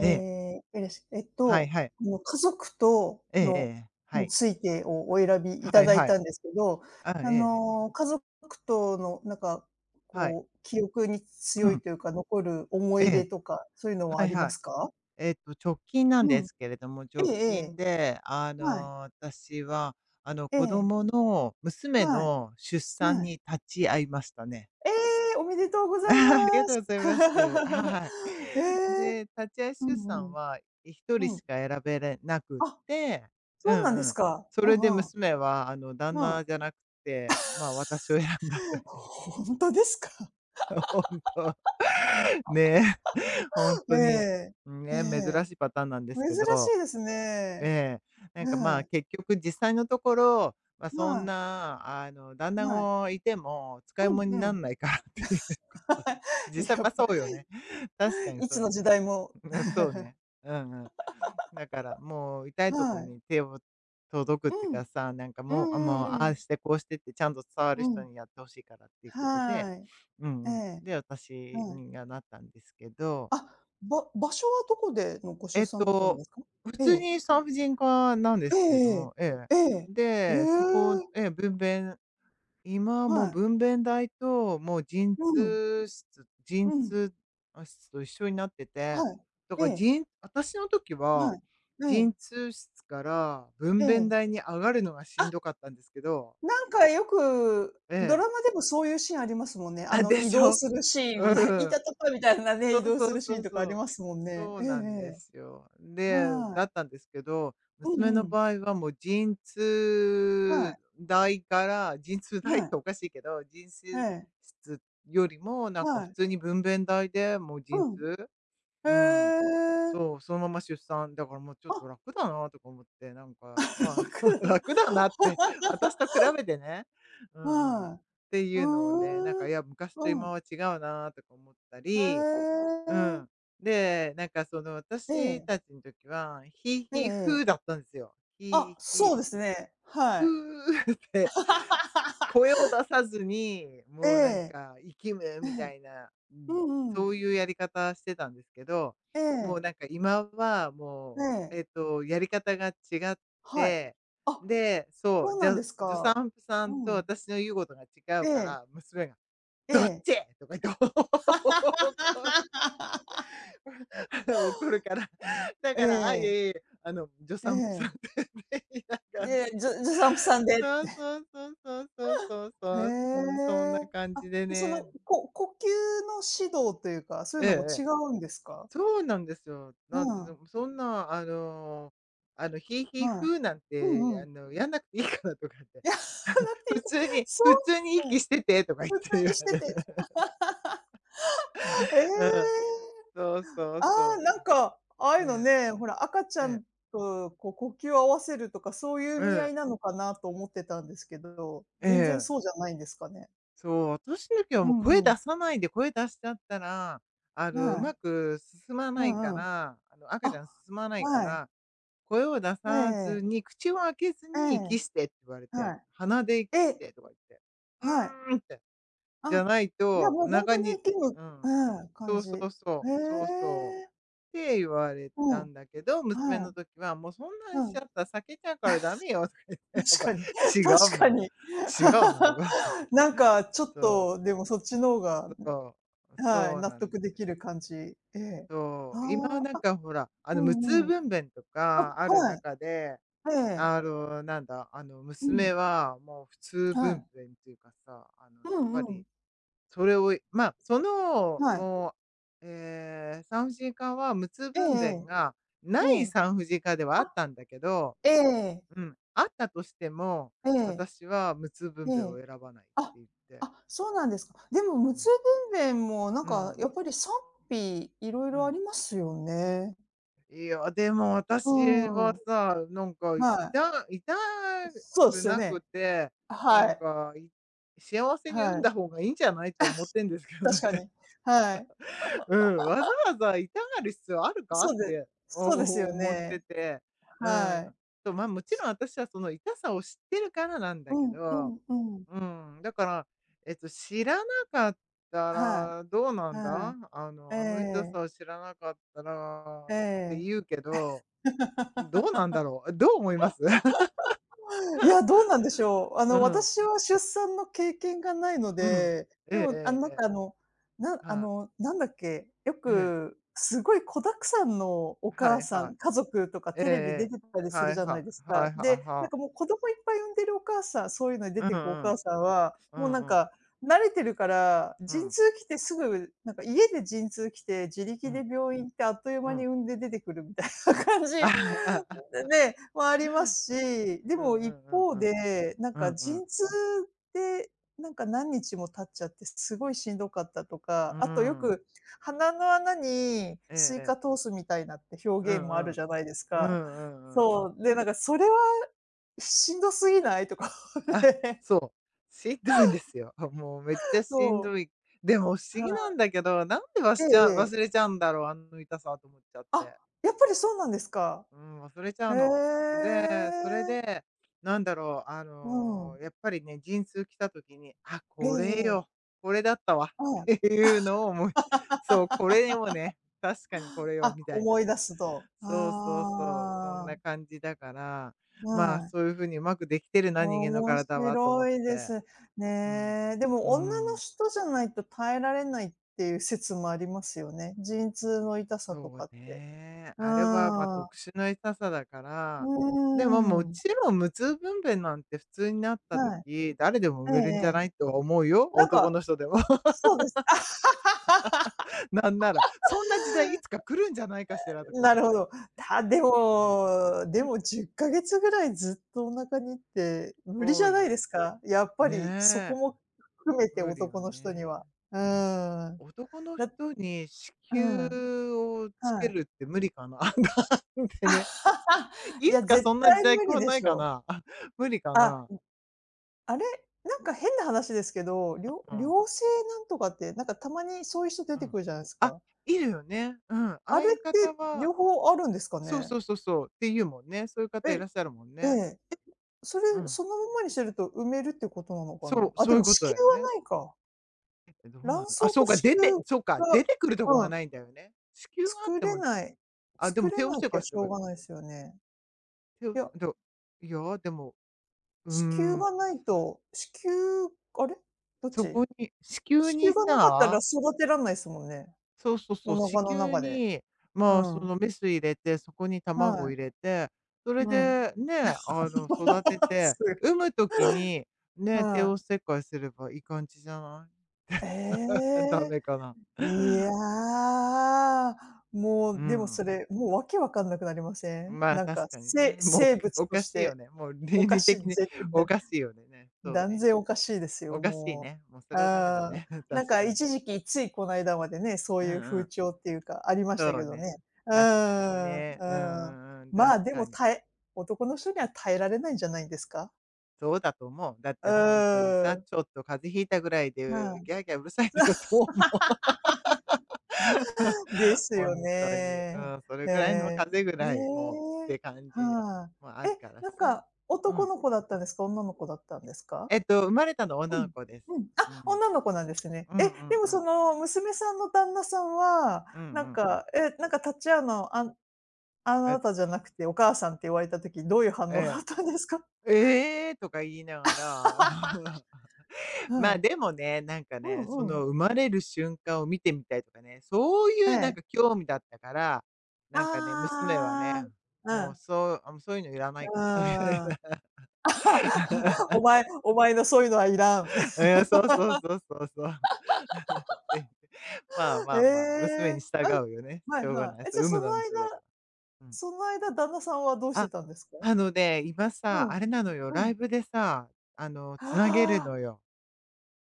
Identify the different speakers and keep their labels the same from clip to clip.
Speaker 1: えー
Speaker 2: え、
Speaker 1: え、嬉しえっ
Speaker 2: はい
Speaker 1: と、
Speaker 2: はい。
Speaker 1: あの、家族と
Speaker 2: え
Speaker 1: の
Speaker 2: え
Speaker 1: に
Speaker 2: ええ。
Speaker 1: ついてをお選びい
Speaker 2: は
Speaker 1: た
Speaker 2: いはい
Speaker 1: だい
Speaker 2: はい。
Speaker 1: たんですけど、
Speaker 2: あ、ええ、
Speaker 1: 家族との
Speaker 2: はい。
Speaker 1: 記憶に
Speaker 2: う
Speaker 1: 強い
Speaker 2: ん、
Speaker 1: というか、残る思
Speaker 2: え
Speaker 1: い出
Speaker 2: え、
Speaker 1: とか、そういうのは
Speaker 2: は
Speaker 1: あ
Speaker 2: い
Speaker 1: り
Speaker 2: は
Speaker 1: ま
Speaker 2: い。
Speaker 1: すか？
Speaker 2: 直近なん
Speaker 1: う
Speaker 2: で
Speaker 1: ん。
Speaker 2: すけれども、
Speaker 1: え
Speaker 2: 直
Speaker 1: え
Speaker 2: 近
Speaker 1: ええ。
Speaker 2: で、
Speaker 1: はい。
Speaker 2: 私は、
Speaker 1: え
Speaker 2: 子
Speaker 1: え。
Speaker 2: 供の娘
Speaker 1: はい。
Speaker 2: の出産
Speaker 1: はい。
Speaker 2: に立ち会いましたね。
Speaker 1: ええ、おめでとうござい
Speaker 2: ありが
Speaker 1: ま
Speaker 2: とうご
Speaker 1: す。
Speaker 2: ざいます。はい。
Speaker 1: ええ。
Speaker 2: で、立ち会い
Speaker 1: う
Speaker 2: 出
Speaker 1: んう
Speaker 2: 産
Speaker 1: ん。
Speaker 2: は一人
Speaker 1: う
Speaker 2: し
Speaker 1: ん。
Speaker 2: か選べれなくっ
Speaker 1: あ、
Speaker 2: て、う
Speaker 1: そうなんで
Speaker 2: んう
Speaker 1: す
Speaker 2: ん。
Speaker 1: か。
Speaker 2: そ
Speaker 1: う
Speaker 2: れで
Speaker 1: んうん。
Speaker 2: 娘は、旦
Speaker 1: う
Speaker 2: 那
Speaker 1: ん。
Speaker 2: じゃなくて、まあ、私を選んだという。
Speaker 1: ほんとですか？
Speaker 2: ほんと、ねえ、ほんとに、
Speaker 1: ええ、え
Speaker 2: ね、珍
Speaker 1: え。
Speaker 2: しいパターンなんで
Speaker 1: 珍
Speaker 2: すけど、
Speaker 1: しいですね。
Speaker 2: ええ。なんか、ま
Speaker 1: う
Speaker 2: あ、
Speaker 1: ん。
Speaker 2: 結局実際のところ、まあ、そん
Speaker 1: は
Speaker 2: な、旦
Speaker 1: い、
Speaker 2: 那
Speaker 1: はい。
Speaker 2: がいても使い
Speaker 1: う
Speaker 2: 物
Speaker 1: んう
Speaker 2: にな
Speaker 1: ん。
Speaker 2: んないからっていうこ
Speaker 1: は
Speaker 2: とで。実
Speaker 1: い
Speaker 2: 際やっ
Speaker 1: やっ
Speaker 2: ぱ
Speaker 1: ぱ、
Speaker 2: そうよね。確かに
Speaker 1: い
Speaker 2: そう
Speaker 1: つ
Speaker 2: よ
Speaker 1: の時
Speaker 2: ね。
Speaker 1: 代も
Speaker 2: そうね。うんうん。だからもう痛いとこ
Speaker 1: は
Speaker 2: ろ
Speaker 1: い。
Speaker 2: に手を届くっ
Speaker 1: う
Speaker 2: ていうか
Speaker 1: ん。
Speaker 2: さ、なんか
Speaker 1: う
Speaker 2: もう、あ、
Speaker 1: ん
Speaker 2: もう、
Speaker 1: うん
Speaker 2: あ
Speaker 1: う
Speaker 2: あ
Speaker 1: ん。
Speaker 2: してこうしてってちゃんと伝わる
Speaker 1: う
Speaker 2: 人
Speaker 1: ん。
Speaker 2: にやってほしいからっていうことで、
Speaker 1: はい。
Speaker 2: う
Speaker 1: え
Speaker 2: んうん。
Speaker 1: え、
Speaker 2: で、私
Speaker 1: はい。
Speaker 2: にがなったんですけど。
Speaker 1: あ、場所はどこでのご出
Speaker 2: えっ
Speaker 1: 産だったん
Speaker 2: と、
Speaker 1: ですか？
Speaker 2: 普
Speaker 1: え
Speaker 2: 通
Speaker 1: え。
Speaker 2: に産婦人科なんで
Speaker 1: え
Speaker 2: すけれど
Speaker 1: え
Speaker 2: も、ええ。
Speaker 1: ええ。ええ。え
Speaker 2: で、そこ、
Speaker 1: え。
Speaker 2: ええ、分娩、今はもう
Speaker 1: はい。
Speaker 2: 分娩台と、もう陣
Speaker 1: うん。
Speaker 2: 痛室陣
Speaker 1: うん。
Speaker 2: 痛室と一緒になってて、
Speaker 1: はい。
Speaker 2: だ
Speaker 1: え
Speaker 2: から
Speaker 1: え。
Speaker 2: 私の時は、
Speaker 1: はい。え
Speaker 2: 陣
Speaker 1: え。
Speaker 2: 痛室から分
Speaker 1: え
Speaker 2: 娩
Speaker 1: え。
Speaker 2: 台に上がるのがしん
Speaker 1: あ
Speaker 2: どかったんですけど、
Speaker 1: よく、
Speaker 2: え
Speaker 1: ド
Speaker 2: え。
Speaker 1: ラマでもそういうシーンありますもんね。あ
Speaker 2: あ、
Speaker 1: の
Speaker 2: で
Speaker 1: 移
Speaker 2: し
Speaker 1: 動
Speaker 2: ょ？
Speaker 1: する シーン
Speaker 2: う
Speaker 1: みたい い
Speaker 2: ん。
Speaker 1: たたたみたいなね、
Speaker 2: そ
Speaker 1: 移
Speaker 2: う
Speaker 1: 動
Speaker 2: そ
Speaker 1: す
Speaker 2: う
Speaker 1: るシ
Speaker 2: そ
Speaker 1: ーン
Speaker 2: う
Speaker 1: とかあ
Speaker 2: そ
Speaker 1: り
Speaker 2: う。
Speaker 1: ますもんね。
Speaker 2: そう
Speaker 1: えええ
Speaker 2: なんで
Speaker 1: え。
Speaker 2: すよ。で、
Speaker 1: は
Speaker 2: だ
Speaker 1: い。
Speaker 2: ったんですけど、
Speaker 1: う
Speaker 2: 娘
Speaker 1: ん
Speaker 2: の
Speaker 1: うん。
Speaker 2: 場合はもう陣
Speaker 1: は
Speaker 2: 痛
Speaker 1: い。
Speaker 2: 代から陣痛代っ
Speaker 1: は
Speaker 2: て
Speaker 1: い。
Speaker 2: おかしいけど、陣
Speaker 1: え
Speaker 2: 痛
Speaker 1: え。
Speaker 2: 室よりもなんか
Speaker 1: は
Speaker 2: 普
Speaker 1: い。
Speaker 2: 通に分娩台でもう陣
Speaker 1: うん。
Speaker 2: 痛、
Speaker 1: へ
Speaker 2: うん。
Speaker 1: え。
Speaker 2: そう、そのまま出産。だからもうちょっ
Speaker 1: あ、
Speaker 2: と楽だなとか思って、なんか、まあ、そう
Speaker 1: 楽。
Speaker 2: 楽だなって、私と比べてね。うんうん。っ
Speaker 1: はい。
Speaker 2: て
Speaker 1: う
Speaker 2: いうのをね、なんか、
Speaker 1: ー
Speaker 2: い
Speaker 1: ん。
Speaker 2: や、昔と
Speaker 1: う
Speaker 2: 今
Speaker 1: ん。
Speaker 2: は違うなとか思ったり、
Speaker 1: へ
Speaker 2: うん。
Speaker 1: え。
Speaker 2: で、なんかその
Speaker 1: え
Speaker 2: 私
Speaker 1: え。
Speaker 2: たちの時は、ヒー
Speaker 1: ええ
Speaker 2: ヒーフ
Speaker 1: え
Speaker 2: ーだ
Speaker 1: え。
Speaker 2: ったんですよ。
Speaker 1: あ、
Speaker 2: ヒーヒー
Speaker 1: そうですね。はい。
Speaker 2: フーって 声を 出さずに、
Speaker 1: え
Speaker 2: もうなん
Speaker 1: え。
Speaker 2: か生きむ
Speaker 1: え
Speaker 2: み
Speaker 1: え。
Speaker 2: たいな、う
Speaker 1: う
Speaker 2: ん、
Speaker 1: んうん。
Speaker 2: そういうやり方してたんですけど、
Speaker 1: え
Speaker 2: もう
Speaker 1: え。
Speaker 2: なんか今は
Speaker 1: え
Speaker 2: もう、
Speaker 1: え。
Speaker 2: やり方が違っ
Speaker 1: はい。
Speaker 2: て、
Speaker 1: あ、
Speaker 2: で、そ
Speaker 1: そ
Speaker 2: う、
Speaker 1: う
Speaker 2: じ
Speaker 1: なん
Speaker 2: ゃ、
Speaker 1: です
Speaker 2: 助
Speaker 1: か。
Speaker 2: 産婦さんと
Speaker 1: うん。
Speaker 2: 私の言うことが違う
Speaker 1: え
Speaker 2: か
Speaker 1: え、
Speaker 2: ら、娘が、
Speaker 1: え
Speaker 2: どっ
Speaker 1: え。
Speaker 2: ちとか言って 怒 怒るから。だ
Speaker 1: え
Speaker 2: から、あ、い
Speaker 1: え、
Speaker 2: えいえ、助
Speaker 1: え
Speaker 2: 産婦さんっ
Speaker 1: え。
Speaker 2: てね、言いながら。
Speaker 1: ええ、助産婦さんで。
Speaker 2: そうそうそうそうそうそう
Speaker 1: へ
Speaker 2: そう。うん、そんな
Speaker 1: え。
Speaker 2: 感
Speaker 1: あ、
Speaker 2: じで
Speaker 1: そ
Speaker 2: ね。
Speaker 1: の、呼吸の指導というか、そうい
Speaker 2: え
Speaker 1: う
Speaker 2: ええ
Speaker 1: のも違
Speaker 2: え。
Speaker 1: うんですか？
Speaker 2: そうなんですよ。
Speaker 1: う
Speaker 2: なんて
Speaker 1: ん。
Speaker 2: そそんな、ヒーヒー
Speaker 1: はい。
Speaker 2: フーなん
Speaker 1: う
Speaker 2: て、
Speaker 1: んうん。
Speaker 2: やんなくていいからとかって。
Speaker 1: いや、な んてい
Speaker 2: 普
Speaker 1: うか、
Speaker 2: 通に
Speaker 1: そ
Speaker 2: 普通に
Speaker 1: うん、
Speaker 2: 息しててとか言っ
Speaker 1: 普
Speaker 2: て言
Speaker 1: 通に
Speaker 2: わ
Speaker 1: して
Speaker 2: れる。
Speaker 1: てえ
Speaker 2: うん。
Speaker 1: え。
Speaker 2: そうそう
Speaker 1: ああ、
Speaker 2: そう。
Speaker 1: ああいうの
Speaker 2: ええ、
Speaker 1: ね、ほら、赤ち
Speaker 2: え
Speaker 1: ゃ
Speaker 2: え、
Speaker 1: んとこう呼吸を合わせるとか、そういう意味合
Speaker 2: え
Speaker 1: いなのかなと思ってたんですけど、
Speaker 2: え、
Speaker 1: 全然
Speaker 2: ええ。
Speaker 1: そうじゃないんですかね。
Speaker 2: そう、私の時は
Speaker 1: う
Speaker 2: もう声
Speaker 1: んう
Speaker 2: 出
Speaker 1: ん。
Speaker 2: さないで、声出しちゃったら、う
Speaker 1: は
Speaker 2: ま
Speaker 1: い。
Speaker 2: く進ま
Speaker 1: う
Speaker 2: ないか
Speaker 1: んうん。
Speaker 2: ら、赤ち
Speaker 1: あ、
Speaker 2: ゃん進まないか
Speaker 1: はい。
Speaker 2: ら、声を出
Speaker 1: ええ
Speaker 2: さず
Speaker 1: ええ。
Speaker 2: に、口を開けずに息してって言われて、
Speaker 1: は
Speaker 2: 鼻で
Speaker 1: い。
Speaker 2: 息し
Speaker 1: え、
Speaker 2: てとか言って、
Speaker 1: はい。
Speaker 2: うーんって、じゃ
Speaker 1: あ、
Speaker 2: ない
Speaker 1: じゃあ
Speaker 2: と、
Speaker 1: も
Speaker 2: お
Speaker 1: うほんと
Speaker 2: 腹に、
Speaker 1: に急務
Speaker 2: うん、
Speaker 1: うん、感
Speaker 2: そう
Speaker 1: じ。
Speaker 2: そ
Speaker 1: へえ。
Speaker 2: うそう、そうそう、って言われ
Speaker 1: う
Speaker 2: た
Speaker 1: ん、
Speaker 2: んだけど、娘
Speaker 1: は
Speaker 2: の
Speaker 1: い。
Speaker 2: 時は、もうそんなん
Speaker 1: う
Speaker 2: しち
Speaker 1: ん。
Speaker 2: ゃったら避けちゃうからダメよとか言って、やっ
Speaker 1: 確
Speaker 2: ぱ
Speaker 1: かに、
Speaker 2: 違うな、
Speaker 1: 確
Speaker 2: 違うなとか思っ
Speaker 1: かに。
Speaker 2: て。
Speaker 1: ちょっ
Speaker 2: そ
Speaker 1: と、
Speaker 2: う。
Speaker 1: でもそっちの方が、
Speaker 2: そう、
Speaker 1: はい、
Speaker 2: そう
Speaker 1: 納
Speaker 2: なんで
Speaker 1: 得できる
Speaker 2: す。
Speaker 1: 感じ。ええ。あ
Speaker 2: そう、今はなん
Speaker 1: あ、あ、
Speaker 2: かほら、あ
Speaker 1: う
Speaker 2: の無
Speaker 1: ん
Speaker 2: 痛
Speaker 1: うん。
Speaker 2: 分娩と
Speaker 1: あ、
Speaker 2: かある
Speaker 1: はい。
Speaker 2: 中で、
Speaker 1: ええ。
Speaker 2: あの、なんだ、あの
Speaker 1: う
Speaker 2: 娘
Speaker 1: ん。
Speaker 2: はもう普通
Speaker 1: は
Speaker 2: 分
Speaker 1: い。
Speaker 2: 娩っていうかさ、
Speaker 1: う
Speaker 2: やっぱ
Speaker 1: んう
Speaker 2: り
Speaker 1: ん。
Speaker 2: それを、まあ、
Speaker 1: はい。
Speaker 2: もう、産婦人科は無痛
Speaker 1: え
Speaker 2: 分娩
Speaker 1: え
Speaker 2: がな
Speaker 1: ええ。え
Speaker 2: い
Speaker 1: え。
Speaker 2: 産婦人科ではあっ
Speaker 1: あ、
Speaker 2: たんだけど、
Speaker 1: ええええ。
Speaker 2: うん、あったとしても、
Speaker 1: ええ。
Speaker 2: 私は無痛分娩を選ばないって
Speaker 1: あ、
Speaker 2: 言って、
Speaker 1: あ、そうなんですか。でも
Speaker 2: う
Speaker 1: 無
Speaker 2: ん、
Speaker 1: 痛分娩も
Speaker 2: うん、
Speaker 1: やっぱり賛否いろい
Speaker 2: う
Speaker 1: ろあ
Speaker 2: ん。
Speaker 1: りますよね。
Speaker 2: いや、でも
Speaker 1: う
Speaker 2: 私は
Speaker 1: ーん。
Speaker 2: さ、なんか
Speaker 1: は
Speaker 2: 痛痛
Speaker 1: い。そうで
Speaker 2: く
Speaker 1: すよ
Speaker 2: なく
Speaker 1: ね。
Speaker 2: て、な
Speaker 1: は
Speaker 2: ん
Speaker 1: い、
Speaker 2: か、い幸せに産
Speaker 1: は
Speaker 2: んだ
Speaker 1: い。
Speaker 2: 方がいいんじゃないと思ってんですけどね。
Speaker 1: 確かに。はい。
Speaker 2: うん、わざわざ痛がる必要あるか
Speaker 1: そ
Speaker 2: っ
Speaker 1: うで
Speaker 2: て、お
Speaker 1: そうです
Speaker 2: お
Speaker 1: よ
Speaker 2: 思って
Speaker 1: ね。
Speaker 2: て。うん。
Speaker 1: はい。
Speaker 2: と、ま、もちろん私はその痛さを知ってるからなんだ
Speaker 1: う
Speaker 2: け
Speaker 1: んう
Speaker 2: ど、
Speaker 1: んうん。
Speaker 2: うん、だから、知らなかった
Speaker 1: はい、
Speaker 2: らどうなん
Speaker 1: は
Speaker 2: だ？
Speaker 1: い。
Speaker 2: あ
Speaker 1: え
Speaker 2: のあの痛
Speaker 1: え、
Speaker 2: さを知らなかったら
Speaker 1: え
Speaker 2: って
Speaker 1: え。
Speaker 2: 言うけどどうなんだろう。どう思います？
Speaker 1: いや、どうなんでしょう。あ
Speaker 2: う
Speaker 1: の、
Speaker 2: ん、
Speaker 1: 私は出産の経験がないの
Speaker 2: うん。
Speaker 1: で、
Speaker 2: え
Speaker 1: で
Speaker 2: ええ
Speaker 1: も、あの、
Speaker 2: え
Speaker 1: なん
Speaker 2: え
Speaker 1: か、あ
Speaker 2: え、
Speaker 1: の、なあ
Speaker 2: はい。
Speaker 1: の、なんだっけ、よ
Speaker 2: ええ、
Speaker 1: く、すごい子沢山のお
Speaker 2: は
Speaker 1: 母
Speaker 2: い
Speaker 1: さ
Speaker 2: は
Speaker 1: ん、家族とか
Speaker 2: い。えええ
Speaker 1: テレビ出
Speaker 2: え、
Speaker 1: てたりす
Speaker 2: は
Speaker 1: る
Speaker 2: い
Speaker 1: じゃない
Speaker 2: は
Speaker 1: で
Speaker 2: い、
Speaker 1: すか。
Speaker 2: はい
Speaker 1: で、
Speaker 2: はい、はい。
Speaker 1: もう子供いっぱい産んでるお母さん、そういうのに出
Speaker 2: うんう
Speaker 1: てくお
Speaker 2: ん、
Speaker 1: 母さんは、
Speaker 2: う
Speaker 1: もう
Speaker 2: ん
Speaker 1: なん
Speaker 2: うん、
Speaker 1: か、慣れてるから、
Speaker 2: う
Speaker 1: 陣
Speaker 2: ん、
Speaker 1: 痛来てすぐ、家で陣痛来て、自
Speaker 2: う
Speaker 1: 力
Speaker 2: ん、う
Speaker 1: で
Speaker 2: ん。
Speaker 1: 病院行ってあっという間に産んで出てくるみたいな感じ で、はありますし、で
Speaker 2: う
Speaker 1: も
Speaker 2: んう
Speaker 1: 一
Speaker 2: んうん
Speaker 1: 方
Speaker 2: うん、
Speaker 1: で、
Speaker 2: うんうん、
Speaker 1: 陣痛で、何日も経っちゃってすごいしんどかったと
Speaker 2: う
Speaker 1: か、あとよ
Speaker 2: ーん。
Speaker 1: く鼻の穴に
Speaker 2: ええ
Speaker 1: スイ
Speaker 2: ええ、
Speaker 1: カ通すみたいなって
Speaker 2: う
Speaker 1: 表現
Speaker 2: んう
Speaker 1: もある
Speaker 2: ん、
Speaker 1: じゃないです
Speaker 2: うんう
Speaker 1: か。
Speaker 2: んうんうんうんうんうんうんうんうん、ええええ、うんうんうんうんうんうん。
Speaker 1: そう、で、それはしんどすぎないとか
Speaker 2: あ、
Speaker 1: ね。
Speaker 2: そう、しんどいんですよ。もうめっちゃ しん
Speaker 1: そう、
Speaker 2: どい。でも不
Speaker 1: は
Speaker 2: 思議なんだ
Speaker 1: い。
Speaker 2: けど、なんで忘れ
Speaker 1: ええ
Speaker 2: ちゃ
Speaker 1: え
Speaker 2: 忘
Speaker 1: え。
Speaker 2: れちゃうんだろう、あの痛さと思っちゃっ
Speaker 1: あ、
Speaker 2: て。
Speaker 1: やっぱりそうなんですか。
Speaker 2: うん、忘れちゃ
Speaker 1: へ
Speaker 2: うの。で、それ
Speaker 1: え。
Speaker 2: で、なんだろう、
Speaker 1: うん。
Speaker 2: やっぱりね、陣痛来た時に、あ、
Speaker 1: ええ
Speaker 2: これ
Speaker 1: ええ。
Speaker 2: よ、これだったわ
Speaker 1: うん。
Speaker 2: っていうのを思いそう、これもね、確かにこれよ
Speaker 1: あ、
Speaker 2: みたい
Speaker 1: 思
Speaker 2: な。
Speaker 1: い出すと。
Speaker 2: そうそうそう、そん
Speaker 1: あ
Speaker 2: な
Speaker 1: あ、
Speaker 2: 感じだから、まあ、
Speaker 1: はい。
Speaker 2: そういう風にうまくできてるな、人間の
Speaker 1: 面
Speaker 2: 体はと思っ
Speaker 1: 白いで
Speaker 2: て。
Speaker 1: す。
Speaker 2: うん。
Speaker 1: ね。で
Speaker 2: う
Speaker 1: も女の
Speaker 2: ん。
Speaker 1: 人じゃないと耐えられないっていう説もありますよね。陣痛の痛さと
Speaker 2: そう
Speaker 1: かって。
Speaker 2: ね。
Speaker 1: う
Speaker 2: あれは、ま、あ
Speaker 1: ーん。
Speaker 2: 特殊な痛さだか
Speaker 1: う
Speaker 2: ら、でもも
Speaker 1: ーん。
Speaker 2: ちろん無痛分娩なんて普通になった
Speaker 1: はい。
Speaker 2: 時、誰でも
Speaker 1: え
Speaker 2: 産
Speaker 1: え
Speaker 2: める
Speaker 1: え
Speaker 2: んじゃ
Speaker 1: え。
Speaker 2: ないとは思うよ、
Speaker 1: なん
Speaker 2: 男
Speaker 1: か、
Speaker 2: の人でも。
Speaker 1: そうです。
Speaker 2: なんなら、そんな時代いつか来るんじゃないかしらと か
Speaker 1: な
Speaker 2: 思っ
Speaker 1: るほ
Speaker 2: たり。
Speaker 1: ど。で
Speaker 2: ね、
Speaker 1: も、でも10ヶ月ぐらいずっとお腹にって無理
Speaker 2: そ
Speaker 1: じゃ
Speaker 2: う
Speaker 1: ないで
Speaker 2: よ。
Speaker 1: すか？やっぱ
Speaker 2: ね
Speaker 1: りそこ
Speaker 2: え、
Speaker 1: も含めて
Speaker 2: 無理
Speaker 1: 男
Speaker 2: よ
Speaker 1: の人に
Speaker 2: ね。
Speaker 1: は。うーん。
Speaker 2: 男の
Speaker 1: だ
Speaker 2: 人に子
Speaker 1: うん、
Speaker 2: 宮をつけ
Speaker 1: はい。
Speaker 2: るって無理かな。なんてね、い
Speaker 1: いや、
Speaker 2: つかそ
Speaker 1: 絶
Speaker 2: んな時
Speaker 1: 対
Speaker 2: 代
Speaker 1: 無理
Speaker 2: 来
Speaker 1: で
Speaker 2: ない
Speaker 1: し
Speaker 2: か
Speaker 1: ょう。
Speaker 2: な。無理か
Speaker 1: あ、
Speaker 2: な。
Speaker 1: あれ、なんか変な話ですけど、
Speaker 2: うん。
Speaker 1: 良性なんとかって、なんかたまにそういう人出
Speaker 2: う
Speaker 1: て
Speaker 2: ん。
Speaker 1: くるじゃないです
Speaker 2: あ、
Speaker 1: か。
Speaker 2: いるよね。うん。あ
Speaker 1: あ
Speaker 2: あい
Speaker 1: れっ
Speaker 2: う方
Speaker 1: て
Speaker 2: は
Speaker 1: 両方あるんですか
Speaker 2: そう
Speaker 1: ね？
Speaker 2: そうそうそうっていうもんね。そういう方いら
Speaker 1: え
Speaker 2: っしゃるもん
Speaker 1: え
Speaker 2: ね。
Speaker 1: え。それ、
Speaker 2: うん。
Speaker 1: そのままにしてると埋めるってことなのか
Speaker 2: そう、
Speaker 1: な？あ、
Speaker 2: そ
Speaker 1: で
Speaker 2: ういう
Speaker 1: も
Speaker 2: こ
Speaker 1: 子
Speaker 2: とだ
Speaker 1: 宮
Speaker 2: よ
Speaker 1: は
Speaker 2: ね。
Speaker 1: ないか。
Speaker 2: え、どうなんだ
Speaker 1: 卵
Speaker 2: あ、
Speaker 1: 巣
Speaker 2: そ
Speaker 1: と
Speaker 2: うか、
Speaker 1: 子
Speaker 2: 出
Speaker 1: 宮
Speaker 2: てそうか、出
Speaker 1: が
Speaker 2: てくるとこ
Speaker 1: う
Speaker 2: が
Speaker 1: ん、
Speaker 2: ないんだよね。子宮があっ
Speaker 1: 作
Speaker 2: て
Speaker 1: れ
Speaker 2: も、
Speaker 1: ない、
Speaker 2: あ、で
Speaker 1: 作
Speaker 2: も帝
Speaker 1: れ
Speaker 2: 王
Speaker 1: な
Speaker 2: 切
Speaker 1: き
Speaker 2: 開
Speaker 1: ゃ
Speaker 2: す
Speaker 1: し
Speaker 2: れ
Speaker 1: ょ
Speaker 2: ばい
Speaker 1: う
Speaker 2: い
Speaker 1: が
Speaker 2: か。
Speaker 1: ないすよね。
Speaker 2: 帝王
Speaker 1: いや、
Speaker 2: でもいや、でも、うー
Speaker 1: 子宮
Speaker 2: ん、
Speaker 1: がないと、子宮あれ？どっ
Speaker 2: そ
Speaker 1: ち？
Speaker 2: こに子宮
Speaker 1: 子
Speaker 2: に
Speaker 1: 宮がなかったら
Speaker 2: さ
Speaker 1: 育てらんないすもんね。
Speaker 2: そうそうそ
Speaker 1: お
Speaker 2: う、子
Speaker 1: 腹の
Speaker 2: 宮
Speaker 1: 中で。
Speaker 2: に、ま
Speaker 1: う
Speaker 2: あ、そ
Speaker 1: ん。
Speaker 2: のメス入れて、そこに
Speaker 1: は
Speaker 2: 卵入
Speaker 1: い。
Speaker 2: れて、それ
Speaker 1: うん。
Speaker 2: でね、育て て、
Speaker 1: す
Speaker 2: 産む時に、ね、帝
Speaker 1: は
Speaker 2: 王
Speaker 1: い。
Speaker 2: 切開すればいい感じじゃな
Speaker 1: え
Speaker 2: い？ダ
Speaker 1: え。
Speaker 2: メかな？
Speaker 1: いや、
Speaker 2: う
Speaker 1: でも
Speaker 2: ん。
Speaker 1: それ、もうわけわかんなくなりません？
Speaker 2: まあ、確かにね。も
Speaker 1: 生
Speaker 2: う、
Speaker 1: 物
Speaker 2: お
Speaker 1: と
Speaker 2: か
Speaker 1: し
Speaker 2: しいよ
Speaker 1: て
Speaker 2: ね。もう
Speaker 1: お
Speaker 2: 倫
Speaker 1: か
Speaker 2: 理
Speaker 1: しい、
Speaker 2: 的に お
Speaker 1: だ
Speaker 2: かしいよね、ね。そう
Speaker 1: 断
Speaker 2: ね。
Speaker 1: 然おかしいです
Speaker 2: お
Speaker 1: よ、
Speaker 2: かしい
Speaker 1: も
Speaker 2: ね。もうそ
Speaker 1: う。
Speaker 2: れはダメだ
Speaker 1: ああ、
Speaker 2: ね。確かに。
Speaker 1: 一時期、ついこないだまでね、そう
Speaker 2: うん
Speaker 1: いう
Speaker 2: う
Speaker 1: 風
Speaker 2: ん。
Speaker 1: 潮っていうかありました
Speaker 2: そ
Speaker 1: け
Speaker 2: う
Speaker 1: ど
Speaker 2: ね。
Speaker 1: ね。う
Speaker 2: 確かに
Speaker 1: ーん、
Speaker 2: ね。うん
Speaker 1: うん。
Speaker 2: うんうん、
Speaker 1: ま
Speaker 2: 確
Speaker 1: あ、で
Speaker 2: か
Speaker 1: も
Speaker 2: に。
Speaker 1: 男の人には耐えられないんじゃないんですか？
Speaker 2: そうだと思う。だっ
Speaker 1: う
Speaker 2: て本当に
Speaker 1: ー
Speaker 2: さ、
Speaker 1: ん、う
Speaker 2: ちょっと風邪ひいたぐらいで、
Speaker 1: ん。
Speaker 2: ギャーギャーうるさいんだよと思う。
Speaker 1: で すよ
Speaker 2: 本当に。う
Speaker 1: ね。
Speaker 2: ん、それ
Speaker 1: え
Speaker 2: ぐらいの
Speaker 1: え。
Speaker 2: 風邪ぐ
Speaker 1: え
Speaker 2: らい、もうっ
Speaker 1: え、
Speaker 2: て感じが、
Speaker 1: は
Speaker 2: もうあるから
Speaker 1: い。なん
Speaker 2: さ。
Speaker 1: か、
Speaker 2: う
Speaker 1: 男
Speaker 2: ん。
Speaker 1: の子だったんですか？女の子だったんですか？
Speaker 2: 生まれたの
Speaker 1: う
Speaker 2: 女の
Speaker 1: ん。
Speaker 2: 子です。
Speaker 1: うん。あ、
Speaker 2: うん。
Speaker 1: 女の子なんですね。
Speaker 2: うんう
Speaker 1: え、で
Speaker 2: ん
Speaker 1: も
Speaker 2: う
Speaker 1: そ
Speaker 2: ん。
Speaker 1: の娘さんの旦那さんは、
Speaker 2: うんう
Speaker 1: なん
Speaker 2: んうん。
Speaker 1: か、え、なんか立ち会うの「タチアーああ
Speaker 2: え、
Speaker 1: なたじゃなくてお母さん」って言われた時、どういう反応
Speaker 2: え
Speaker 1: だっ
Speaker 2: え。
Speaker 1: たんですか？
Speaker 2: 「ええ！」とか言いながら、も う
Speaker 1: う
Speaker 2: まあ、
Speaker 1: ん。
Speaker 2: でもね、なんか
Speaker 1: う
Speaker 2: ね、そ
Speaker 1: んう
Speaker 2: の
Speaker 1: ん。
Speaker 2: 生まれる瞬間を見てみたいとかね、そう
Speaker 1: え
Speaker 2: いうなん
Speaker 1: え。
Speaker 2: か興味だったから、なんかね、娘は
Speaker 1: あ
Speaker 2: ね、
Speaker 1: あ。
Speaker 2: も
Speaker 1: う
Speaker 2: う
Speaker 1: ん。
Speaker 2: そう、あ、もうそういうのいらない
Speaker 1: う
Speaker 2: から、みたい
Speaker 1: ーん。
Speaker 2: な。
Speaker 1: お前のそういうのはいらんみたい
Speaker 2: いやそう
Speaker 1: な。
Speaker 2: そうそうそうそう。ってまあ ま
Speaker 1: え
Speaker 2: あまあ、
Speaker 1: え。
Speaker 2: 娘
Speaker 1: う
Speaker 2: に従うよね。
Speaker 1: ん。は
Speaker 2: し
Speaker 1: い
Speaker 2: ょうが
Speaker 1: は
Speaker 2: ない。
Speaker 1: い。え、
Speaker 2: そ
Speaker 1: じ
Speaker 2: う、
Speaker 1: ゃ、
Speaker 2: 産むのは娘だから。うん。
Speaker 1: その間、旦那さんはどうして
Speaker 2: あ、
Speaker 1: たんですか？
Speaker 2: 今さ、
Speaker 1: うん、
Speaker 2: あれなのよ、
Speaker 1: う
Speaker 2: ラ
Speaker 1: ん。
Speaker 2: イブでさ、繋げる
Speaker 1: ああ、
Speaker 2: のよ。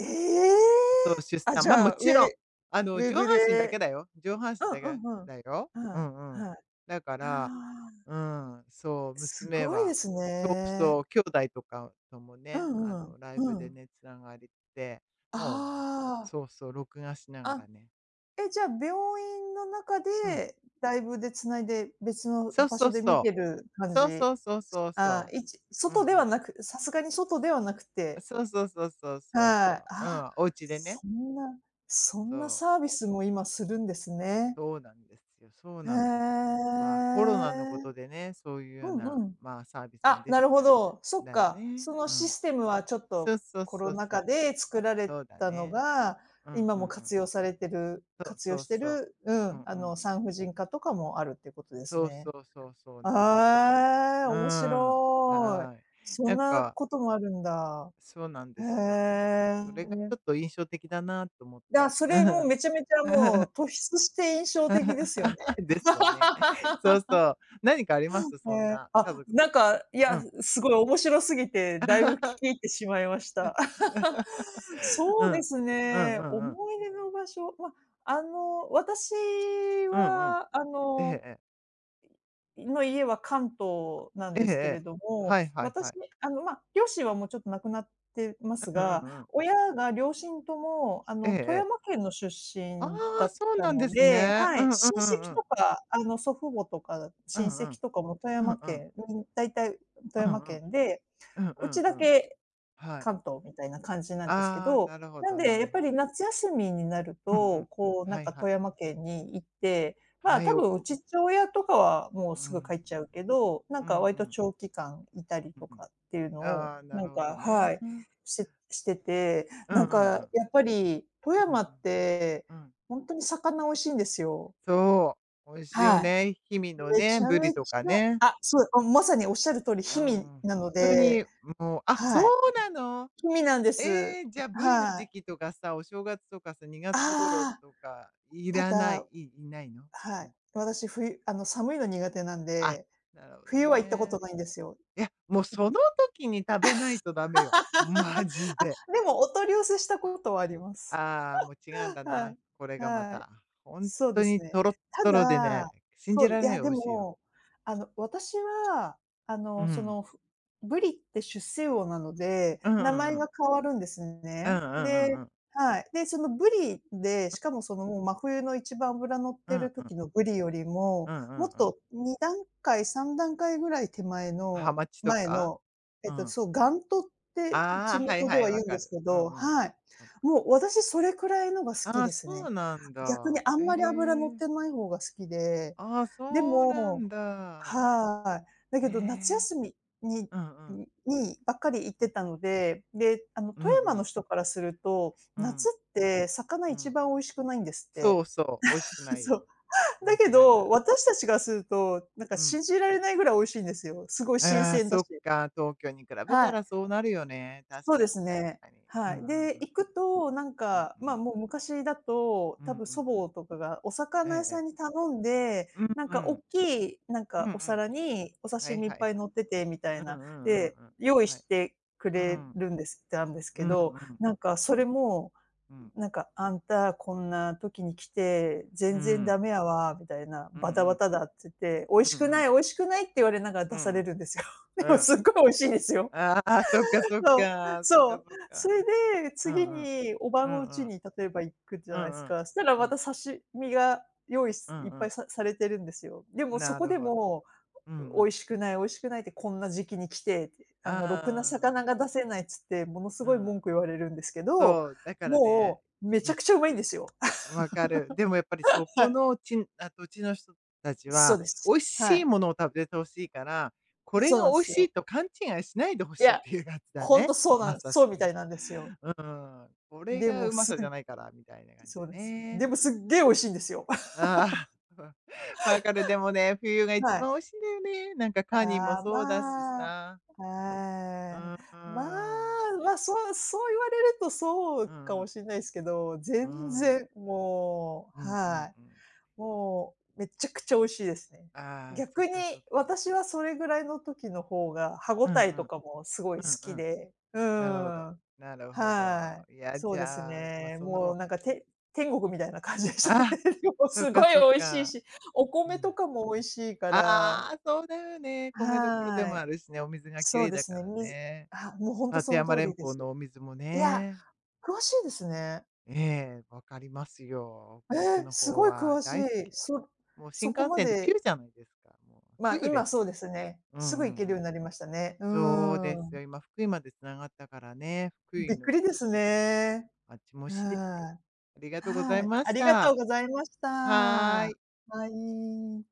Speaker 1: ええ！
Speaker 2: そう、出
Speaker 1: あ、
Speaker 2: 産。
Speaker 1: じ
Speaker 2: ま、
Speaker 1: ゃ
Speaker 2: も
Speaker 1: あ、
Speaker 2: ちろん、
Speaker 1: ウェ
Speaker 2: 上半
Speaker 1: ブ
Speaker 2: 身だけ
Speaker 1: で
Speaker 2: だよ。上半
Speaker 1: う
Speaker 2: 身だけ
Speaker 1: んうんうん。
Speaker 2: だよ。う
Speaker 1: はい、
Speaker 2: んうん。
Speaker 1: はい。
Speaker 2: だから、
Speaker 1: ああ、
Speaker 2: うん、そう、
Speaker 1: す
Speaker 2: 娘
Speaker 1: ごいで
Speaker 2: は、
Speaker 1: す
Speaker 2: そう
Speaker 1: ね。
Speaker 2: そう、兄弟とかとも
Speaker 1: う
Speaker 2: ね、
Speaker 1: んうん、
Speaker 2: ライ
Speaker 1: う
Speaker 2: ブで
Speaker 1: ん。
Speaker 2: ね、つながりって、もう、
Speaker 1: ああ、
Speaker 2: そうそう、録画しなが
Speaker 1: あ、
Speaker 2: らね。
Speaker 1: え、じゃあ、院の中
Speaker 2: うん。
Speaker 1: で、ライブで繋いで、別の
Speaker 2: そう
Speaker 1: 場
Speaker 2: そ
Speaker 1: 所
Speaker 2: う
Speaker 1: で見
Speaker 2: そう。
Speaker 1: てる感
Speaker 2: そう
Speaker 1: じ。
Speaker 2: そうそうそう
Speaker 1: ああ、
Speaker 2: そう。う
Speaker 1: 外
Speaker 2: ん
Speaker 1: で
Speaker 2: う
Speaker 1: は
Speaker 2: ん。
Speaker 1: なくさすがに外ではなくて
Speaker 2: そうそうそうそうそうそ
Speaker 1: はい。
Speaker 2: う。う
Speaker 1: あ、
Speaker 2: ん、お家でね、
Speaker 1: そんなそ
Speaker 2: そ
Speaker 1: んなサ
Speaker 2: う。
Speaker 1: ービスも今するんですね。
Speaker 2: そうなんですよ。そう
Speaker 1: へえ。
Speaker 2: なんですよ。まあ、コロナのことでね、そういうよう
Speaker 1: う
Speaker 2: な、
Speaker 1: んうん。
Speaker 2: まあ、サービスが
Speaker 1: あ、
Speaker 2: 出
Speaker 1: な
Speaker 2: てき
Speaker 1: るほ
Speaker 2: たんだ
Speaker 1: ど。そっ
Speaker 2: だよ
Speaker 1: か。
Speaker 2: ね。
Speaker 1: その
Speaker 2: う
Speaker 1: シ
Speaker 2: ん。
Speaker 1: ステムはちょっ
Speaker 2: そ
Speaker 1: と
Speaker 2: うそう
Speaker 1: コ
Speaker 2: そ
Speaker 1: ロ
Speaker 2: う
Speaker 1: ナ
Speaker 2: そう。
Speaker 1: 禍で作られ
Speaker 2: そうだ
Speaker 1: たの
Speaker 2: ね。
Speaker 1: が、
Speaker 2: うん
Speaker 1: 今
Speaker 2: うんう
Speaker 1: も
Speaker 2: ん。そう
Speaker 1: 活用
Speaker 2: そう
Speaker 1: して
Speaker 2: そ
Speaker 1: る、う
Speaker 2: う。うん
Speaker 1: ん、あ
Speaker 2: うん。
Speaker 1: の、産婦人科とかもあるっていうことです
Speaker 2: そうそ
Speaker 1: ね。
Speaker 2: うそうそうなんですよ。
Speaker 1: あ
Speaker 2: うん。
Speaker 1: あ、面
Speaker 2: は
Speaker 1: 白い。
Speaker 2: い。
Speaker 1: そ
Speaker 2: な
Speaker 1: ん
Speaker 2: ん
Speaker 1: な
Speaker 2: か、
Speaker 1: こともあるんだ。
Speaker 2: そうなん
Speaker 1: へ
Speaker 2: ですよ。まあ、
Speaker 1: え。
Speaker 2: それがちょっと印象的だなと思っ
Speaker 1: だ、
Speaker 2: て。
Speaker 1: それも めちゃめちゃ
Speaker 2: う
Speaker 1: も
Speaker 2: ん。
Speaker 1: う突出して印象的ですよね。
Speaker 2: ですよね。そう そう。何かあります
Speaker 1: へ
Speaker 2: そん
Speaker 1: え、
Speaker 2: な家
Speaker 1: あ、
Speaker 2: 族と過ごす。
Speaker 1: い
Speaker 2: う
Speaker 1: や、
Speaker 2: ん。
Speaker 1: すごい面白すぎて、だいぶ聞き 入ってしまいました。
Speaker 2: う
Speaker 1: そうで
Speaker 2: ん。
Speaker 1: す
Speaker 2: うんう
Speaker 1: ね、
Speaker 2: んうん。
Speaker 1: 思い出の場所、ま、あの、私
Speaker 2: うんうん。
Speaker 1: は、
Speaker 2: ええええ。
Speaker 1: の家は関東なん
Speaker 2: ええ
Speaker 1: で
Speaker 2: え
Speaker 1: すけ
Speaker 2: え。
Speaker 1: れども、
Speaker 2: はいはいは
Speaker 1: 私、
Speaker 2: い。
Speaker 1: あの、ま、両親はもうちょっと亡くなってます
Speaker 2: うん
Speaker 1: が、
Speaker 2: うんうん。
Speaker 1: 親が両親とも、あ
Speaker 2: ええ
Speaker 1: の、
Speaker 2: え
Speaker 1: 富山
Speaker 2: え。
Speaker 1: 県の出
Speaker 2: あ
Speaker 1: 身だ
Speaker 2: あ、
Speaker 1: っ
Speaker 2: そう
Speaker 1: た
Speaker 2: なん
Speaker 1: の
Speaker 2: です
Speaker 1: で、
Speaker 2: ね。
Speaker 1: は
Speaker 2: う
Speaker 1: い、
Speaker 2: んうん
Speaker 1: 親
Speaker 2: うん
Speaker 1: 戚
Speaker 2: うん。
Speaker 1: とか、あの、祖父母とか
Speaker 2: うん
Speaker 1: 親
Speaker 2: うん。
Speaker 1: 戚とかも富
Speaker 2: うん
Speaker 1: 山
Speaker 2: うん
Speaker 1: 県、大体富
Speaker 2: う
Speaker 1: 山
Speaker 2: んうん。
Speaker 1: 県で、
Speaker 2: うんう
Speaker 1: う
Speaker 2: ん
Speaker 1: ちだ
Speaker 2: うん。
Speaker 1: け
Speaker 2: はい。
Speaker 1: 関東みたいな感じなんですけ
Speaker 2: ああ、
Speaker 1: ど、
Speaker 2: なるほ
Speaker 1: なん
Speaker 2: どな
Speaker 1: で
Speaker 2: る
Speaker 1: やっ
Speaker 2: ほ
Speaker 1: ぱ
Speaker 2: ど。
Speaker 1: り夏休みになる
Speaker 2: うんう
Speaker 1: と、
Speaker 2: ん。はいはい。
Speaker 1: 富山県に行って、まあ、
Speaker 2: はい、
Speaker 1: 多
Speaker 2: お
Speaker 1: 分うち父親とかはもう
Speaker 2: う
Speaker 1: すぐ帰
Speaker 2: ん。
Speaker 1: っちゃうけど、
Speaker 2: うんう
Speaker 1: 割と
Speaker 2: ん。
Speaker 1: 長期間いたり
Speaker 2: うん
Speaker 1: と
Speaker 2: うん。
Speaker 1: かっていうのを、
Speaker 2: ああ、なるほど
Speaker 1: は
Speaker 2: ね。
Speaker 1: い、
Speaker 2: うん
Speaker 1: してて、
Speaker 2: うんうん。
Speaker 1: やっぱり富
Speaker 2: うんう
Speaker 1: 山っ
Speaker 2: ん。
Speaker 1: て、
Speaker 2: うん。
Speaker 1: ほんとに魚美味しいんですよ。
Speaker 2: そう、美味しいよ
Speaker 1: はい。
Speaker 2: ね。氷見の
Speaker 1: め
Speaker 2: ね、
Speaker 1: ちゃ
Speaker 2: ブリ
Speaker 1: め
Speaker 2: と
Speaker 1: ち
Speaker 2: かね。
Speaker 1: ゃあ、そう、あ、まさにおっしゃる通り、
Speaker 2: うん、
Speaker 1: 氷見
Speaker 2: ほん
Speaker 1: なの
Speaker 2: と
Speaker 1: で、
Speaker 2: にもうあ、そう
Speaker 1: はい。
Speaker 2: なの？
Speaker 1: 氷見なんです。
Speaker 2: えー、じゃあ、ブリの
Speaker 1: は
Speaker 2: 時
Speaker 1: い。
Speaker 2: 期とかさ、お正月とかさ、2月頃
Speaker 1: ああ、
Speaker 2: とかい
Speaker 1: た
Speaker 2: らない、
Speaker 1: だ、
Speaker 2: いいないの？う
Speaker 1: は
Speaker 2: ん。
Speaker 1: い。私、冬寒いの苦手なん
Speaker 2: あ、
Speaker 1: で、
Speaker 2: なるほど
Speaker 1: 冬は行ったこと
Speaker 2: ね。
Speaker 1: ないんですよ。
Speaker 2: いや、もうその時に食べないとダ メよ、マジで。
Speaker 1: あ、でもお取り寄せしたことはあります。
Speaker 2: ああ、もう違うんだ
Speaker 1: は
Speaker 2: な、
Speaker 1: い。
Speaker 2: これがま
Speaker 1: はい。
Speaker 2: た。ほん
Speaker 1: そうで
Speaker 2: と
Speaker 1: す
Speaker 2: に
Speaker 1: ね。
Speaker 2: とろっ
Speaker 1: た
Speaker 2: とろで
Speaker 1: だ、
Speaker 2: ね、信
Speaker 1: そ
Speaker 2: じ
Speaker 1: う、
Speaker 2: ら
Speaker 1: い
Speaker 2: れない
Speaker 1: や
Speaker 2: が美
Speaker 1: で
Speaker 2: 味しいよ。
Speaker 1: も、私は、あ
Speaker 2: う
Speaker 1: の、そ
Speaker 2: ん。
Speaker 1: の、ふブリって出世魚なので、
Speaker 2: うんう
Speaker 1: 名
Speaker 2: ん
Speaker 1: 前
Speaker 2: うん。
Speaker 1: が変わるんです
Speaker 2: うんう
Speaker 1: ね。で、
Speaker 2: んうんうん。
Speaker 1: はい。で、そのブリで、しかも、もう真冬の一番脂乗っ
Speaker 2: う
Speaker 1: てる
Speaker 2: んうん。
Speaker 1: 時のブリよりも、
Speaker 2: うんうん
Speaker 1: もっ
Speaker 2: うん。
Speaker 1: と2段階、3段階ぐらい手前
Speaker 2: ハ
Speaker 1: の
Speaker 2: マチと
Speaker 1: 前
Speaker 2: か？
Speaker 1: の、
Speaker 2: うん。
Speaker 1: そう、ガントって
Speaker 2: あ
Speaker 1: 地
Speaker 2: あ、はい
Speaker 1: 元で
Speaker 2: はい、
Speaker 1: は言
Speaker 2: わ
Speaker 1: うんで
Speaker 2: か
Speaker 1: す
Speaker 2: る。
Speaker 1: け
Speaker 2: う
Speaker 1: ど、
Speaker 2: んうんう
Speaker 1: は
Speaker 2: ん。
Speaker 1: い。もう私それくらいのが好き
Speaker 2: ああ、
Speaker 1: です
Speaker 2: そう
Speaker 1: ね。
Speaker 2: なん
Speaker 1: 逆に
Speaker 2: だ。
Speaker 1: あ
Speaker 2: え
Speaker 1: んまり脂乗っ
Speaker 2: え。
Speaker 1: てない方が好きで、
Speaker 2: ああ、
Speaker 1: で
Speaker 2: そうな
Speaker 1: も、
Speaker 2: んだ。
Speaker 1: はい。だけど夏
Speaker 2: え。
Speaker 1: 休みに
Speaker 2: うんうん
Speaker 1: にばっかり行っ
Speaker 2: う
Speaker 1: て
Speaker 2: ん。
Speaker 1: たので、で、
Speaker 2: うんう
Speaker 1: 富山の
Speaker 2: ん。
Speaker 1: 人からすると、
Speaker 2: う
Speaker 1: 夏
Speaker 2: ん、
Speaker 1: って魚
Speaker 2: う
Speaker 1: 一
Speaker 2: ん。
Speaker 1: 番美味しくないんですっ
Speaker 2: そ
Speaker 1: て。
Speaker 2: うそう、美味しく ない
Speaker 1: そ
Speaker 2: よ。
Speaker 1: う。
Speaker 2: 間
Speaker 1: だ
Speaker 2: 違
Speaker 1: け
Speaker 2: いない。
Speaker 1: ど、私たちがすると、なんか
Speaker 2: うん。
Speaker 1: 信じられないぐらい美味しいんですよ。すごい新
Speaker 2: ああ、
Speaker 1: 鮮だ
Speaker 2: そっ
Speaker 1: し。
Speaker 2: か、東京に比べた
Speaker 1: はい。
Speaker 2: らそうなるよね。確
Speaker 1: そう
Speaker 2: か
Speaker 1: です
Speaker 2: に確
Speaker 1: ね。
Speaker 2: かに。うん
Speaker 1: は
Speaker 2: うんう
Speaker 1: い。
Speaker 2: ん
Speaker 1: で、
Speaker 2: う
Speaker 1: 行
Speaker 2: ん。
Speaker 1: くと、なん
Speaker 2: うん
Speaker 1: か、
Speaker 2: う
Speaker 1: まあ、
Speaker 2: ん。
Speaker 1: もう昔だと、
Speaker 2: うんう
Speaker 1: 多
Speaker 2: ん
Speaker 1: 分
Speaker 2: うん。
Speaker 1: 祖母とかがお
Speaker 2: え
Speaker 1: 魚屋
Speaker 2: ええ
Speaker 1: さ
Speaker 2: え。
Speaker 1: んに頼んで、
Speaker 2: うん
Speaker 1: なん
Speaker 2: う
Speaker 1: かおっ
Speaker 2: んえ
Speaker 1: きい、なん
Speaker 2: えうん
Speaker 1: か
Speaker 2: う
Speaker 1: お
Speaker 2: ん。
Speaker 1: 皿にお
Speaker 2: は
Speaker 1: 刺
Speaker 2: い
Speaker 1: 身いっ
Speaker 2: はい
Speaker 1: ぱい
Speaker 2: はい。
Speaker 1: 乗っててみたい
Speaker 2: うん
Speaker 1: な、
Speaker 2: うんうん
Speaker 1: で、
Speaker 2: うん。
Speaker 1: 用意
Speaker 2: は
Speaker 1: し
Speaker 2: い。
Speaker 1: てく
Speaker 2: う
Speaker 1: れ
Speaker 2: ん。
Speaker 1: るんですたんですけ
Speaker 2: うんうん
Speaker 1: ど、
Speaker 2: う
Speaker 1: なん
Speaker 2: ん。
Speaker 1: かそれも、
Speaker 2: うん。
Speaker 1: なんか「あんたこんな時に来て、
Speaker 2: う
Speaker 1: 全然
Speaker 2: ん
Speaker 1: ダメやわ」みたいな、
Speaker 2: うんう
Speaker 1: 「バタバ
Speaker 2: ん
Speaker 1: タだ」っつって、「美味し
Speaker 2: うんう
Speaker 1: く
Speaker 2: んう
Speaker 1: な
Speaker 2: ん。
Speaker 1: い、美味しくない」って言われながら出されるん
Speaker 2: う
Speaker 1: ですよ。でも
Speaker 2: ん。
Speaker 1: すっごい美味しいんですよ。
Speaker 2: ああ、そっかそっ
Speaker 1: そう、
Speaker 2: か。そう
Speaker 1: そ
Speaker 2: か
Speaker 1: う。
Speaker 2: そう
Speaker 1: そ
Speaker 2: か。
Speaker 1: れで、
Speaker 2: う
Speaker 1: 次
Speaker 2: んうん。
Speaker 1: におば
Speaker 2: う
Speaker 1: の
Speaker 2: んう
Speaker 1: 家
Speaker 2: ん。
Speaker 1: に例えば行くじ
Speaker 2: う
Speaker 1: ゃな
Speaker 2: ん
Speaker 1: いす
Speaker 2: うん。
Speaker 1: か。したら
Speaker 2: う
Speaker 1: ま
Speaker 2: ん
Speaker 1: た刺身が用意
Speaker 2: う
Speaker 1: す
Speaker 2: ん
Speaker 1: いっ
Speaker 2: う
Speaker 1: ぱ
Speaker 2: ん。
Speaker 1: いされてるんですよ。でもそ
Speaker 2: な
Speaker 1: こ
Speaker 2: る
Speaker 1: で
Speaker 2: ほど。
Speaker 1: も、
Speaker 2: うんう
Speaker 1: 「美
Speaker 2: ん。
Speaker 1: 味しくない、美味しくないってこんな時期に来て」って、あの「ろくな
Speaker 2: あ
Speaker 1: 魚が
Speaker 2: あ。
Speaker 1: 出せない」っつって、
Speaker 2: うん。そかそかうんうんうんうんうんうんうんうんうんなるほどうんうん
Speaker 1: ものすごい
Speaker 2: ああう
Speaker 1: 文
Speaker 2: ん
Speaker 1: 句言われるんですけど、
Speaker 2: そうだからね、
Speaker 1: もうめちゃ
Speaker 2: や
Speaker 1: くちゃうまいんですよ。
Speaker 2: わかる。でもやっぱりそ
Speaker 1: は
Speaker 2: こ
Speaker 1: い。
Speaker 2: のちあ土地の人たち
Speaker 1: そ
Speaker 2: は、
Speaker 1: うで
Speaker 2: 美
Speaker 1: す。
Speaker 2: 味
Speaker 1: は
Speaker 2: しい
Speaker 1: い。
Speaker 2: ものを食べてほしいから、これ
Speaker 1: そう
Speaker 2: が
Speaker 1: なん
Speaker 2: 美味
Speaker 1: す
Speaker 2: しい
Speaker 1: よ。
Speaker 2: と勘違いしないでほ
Speaker 1: い
Speaker 2: しいっ
Speaker 1: や、
Speaker 2: ていうやつだ
Speaker 1: ほん
Speaker 2: ね。
Speaker 1: とそう
Speaker 2: ま
Speaker 1: なん
Speaker 2: さ
Speaker 1: そ
Speaker 2: し
Speaker 1: うみ
Speaker 2: く。
Speaker 1: たいなんですよ。
Speaker 2: うん。これ
Speaker 1: で
Speaker 2: が
Speaker 1: も
Speaker 2: うま
Speaker 1: す
Speaker 2: さじゃないからみたいな感じ
Speaker 1: そ
Speaker 2: だ
Speaker 1: うです。
Speaker 2: ね。
Speaker 1: でもすっげえ美味しいんですよ。
Speaker 2: ああ。わかる。でもね、冬が一
Speaker 1: はい。
Speaker 2: 番美味しいんだよね。なんかカニも
Speaker 1: ああ、
Speaker 2: そうだし
Speaker 1: まあ、
Speaker 2: さ。
Speaker 1: ああ、
Speaker 2: う
Speaker 1: ま
Speaker 2: ん。
Speaker 1: あ、ま、そうそう言われるとそう
Speaker 2: う
Speaker 1: かも
Speaker 2: ん。
Speaker 1: しんないですけど、
Speaker 2: う
Speaker 1: 全
Speaker 2: ん。
Speaker 1: 然も
Speaker 2: う
Speaker 1: う、
Speaker 2: んうん
Speaker 1: はい。
Speaker 2: うん。
Speaker 1: もうめちゃくちゃ美味しいですね。
Speaker 2: ああ、そっ
Speaker 1: 逆に
Speaker 2: かそっか。
Speaker 1: 私はそれぐらいの時の方が歯
Speaker 2: う
Speaker 1: 応
Speaker 2: ん
Speaker 1: え
Speaker 2: う
Speaker 1: と
Speaker 2: ん。
Speaker 1: かもすごい好
Speaker 2: うんう
Speaker 1: き
Speaker 2: ん。
Speaker 1: で、う
Speaker 2: なるほど。
Speaker 1: ーん。
Speaker 2: なるほど。
Speaker 1: はい。
Speaker 2: いや、
Speaker 1: そ
Speaker 2: じ
Speaker 1: うです
Speaker 2: ゃあ、まあ、
Speaker 1: ね。
Speaker 2: そ
Speaker 1: もう
Speaker 2: の
Speaker 1: なんかて天国みたいな感じでしたね。
Speaker 2: あ、
Speaker 1: でも
Speaker 2: そっ
Speaker 1: すご
Speaker 2: か
Speaker 1: い
Speaker 2: そっ
Speaker 1: 美味しい
Speaker 2: か。
Speaker 1: し、お
Speaker 2: う
Speaker 1: 米
Speaker 2: ん。
Speaker 1: とかも美味しいから、
Speaker 2: ああ、そうだよね。米どころで
Speaker 1: は
Speaker 2: も
Speaker 1: い。
Speaker 2: あるしね、お水が綺
Speaker 1: そう
Speaker 2: 麗
Speaker 1: で
Speaker 2: だ
Speaker 1: す
Speaker 2: か
Speaker 1: ね、
Speaker 2: ら
Speaker 1: み
Speaker 2: ね。
Speaker 1: あ、もうほんとそ
Speaker 2: 立
Speaker 1: の
Speaker 2: 山
Speaker 1: 通
Speaker 2: 連
Speaker 1: りで
Speaker 2: 峰
Speaker 1: す。
Speaker 2: のお水も
Speaker 1: いや、
Speaker 2: ね。
Speaker 1: 詳しいですね。
Speaker 2: ええ、分かりますよ。北
Speaker 1: え
Speaker 2: 陸
Speaker 1: え、
Speaker 2: の
Speaker 1: す
Speaker 2: 方
Speaker 1: ごい
Speaker 2: は
Speaker 1: 詳し
Speaker 2: 大好
Speaker 1: い。
Speaker 2: き。もう新
Speaker 1: そこ
Speaker 2: 幹
Speaker 1: ま
Speaker 2: 線でピ
Speaker 1: で、
Speaker 2: ューじゃないですか。もう
Speaker 1: ま、
Speaker 2: すぐです
Speaker 1: 今そ
Speaker 2: よ。
Speaker 1: うですね。
Speaker 2: うん
Speaker 1: すぐ行け
Speaker 2: うん
Speaker 1: る
Speaker 2: う
Speaker 1: よ
Speaker 2: ん。
Speaker 1: うになりましたね。うー
Speaker 2: そうです
Speaker 1: ん。
Speaker 2: よ、今福井まで繋がったからね、福井
Speaker 1: びっくり
Speaker 2: の、
Speaker 1: です
Speaker 2: うん、
Speaker 1: ね。
Speaker 2: あっちも美味
Speaker 1: うー
Speaker 2: しいですね。
Speaker 1: ん。
Speaker 2: ありがとうござい
Speaker 1: はい、
Speaker 2: ま
Speaker 1: あ
Speaker 2: し
Speaker 1: りがとう
Speaker 2: た。
Speaker 1: ございました。
Speaker 2: はー
Speaker 1: は
Speaker 2: い。
Speaker 1: い。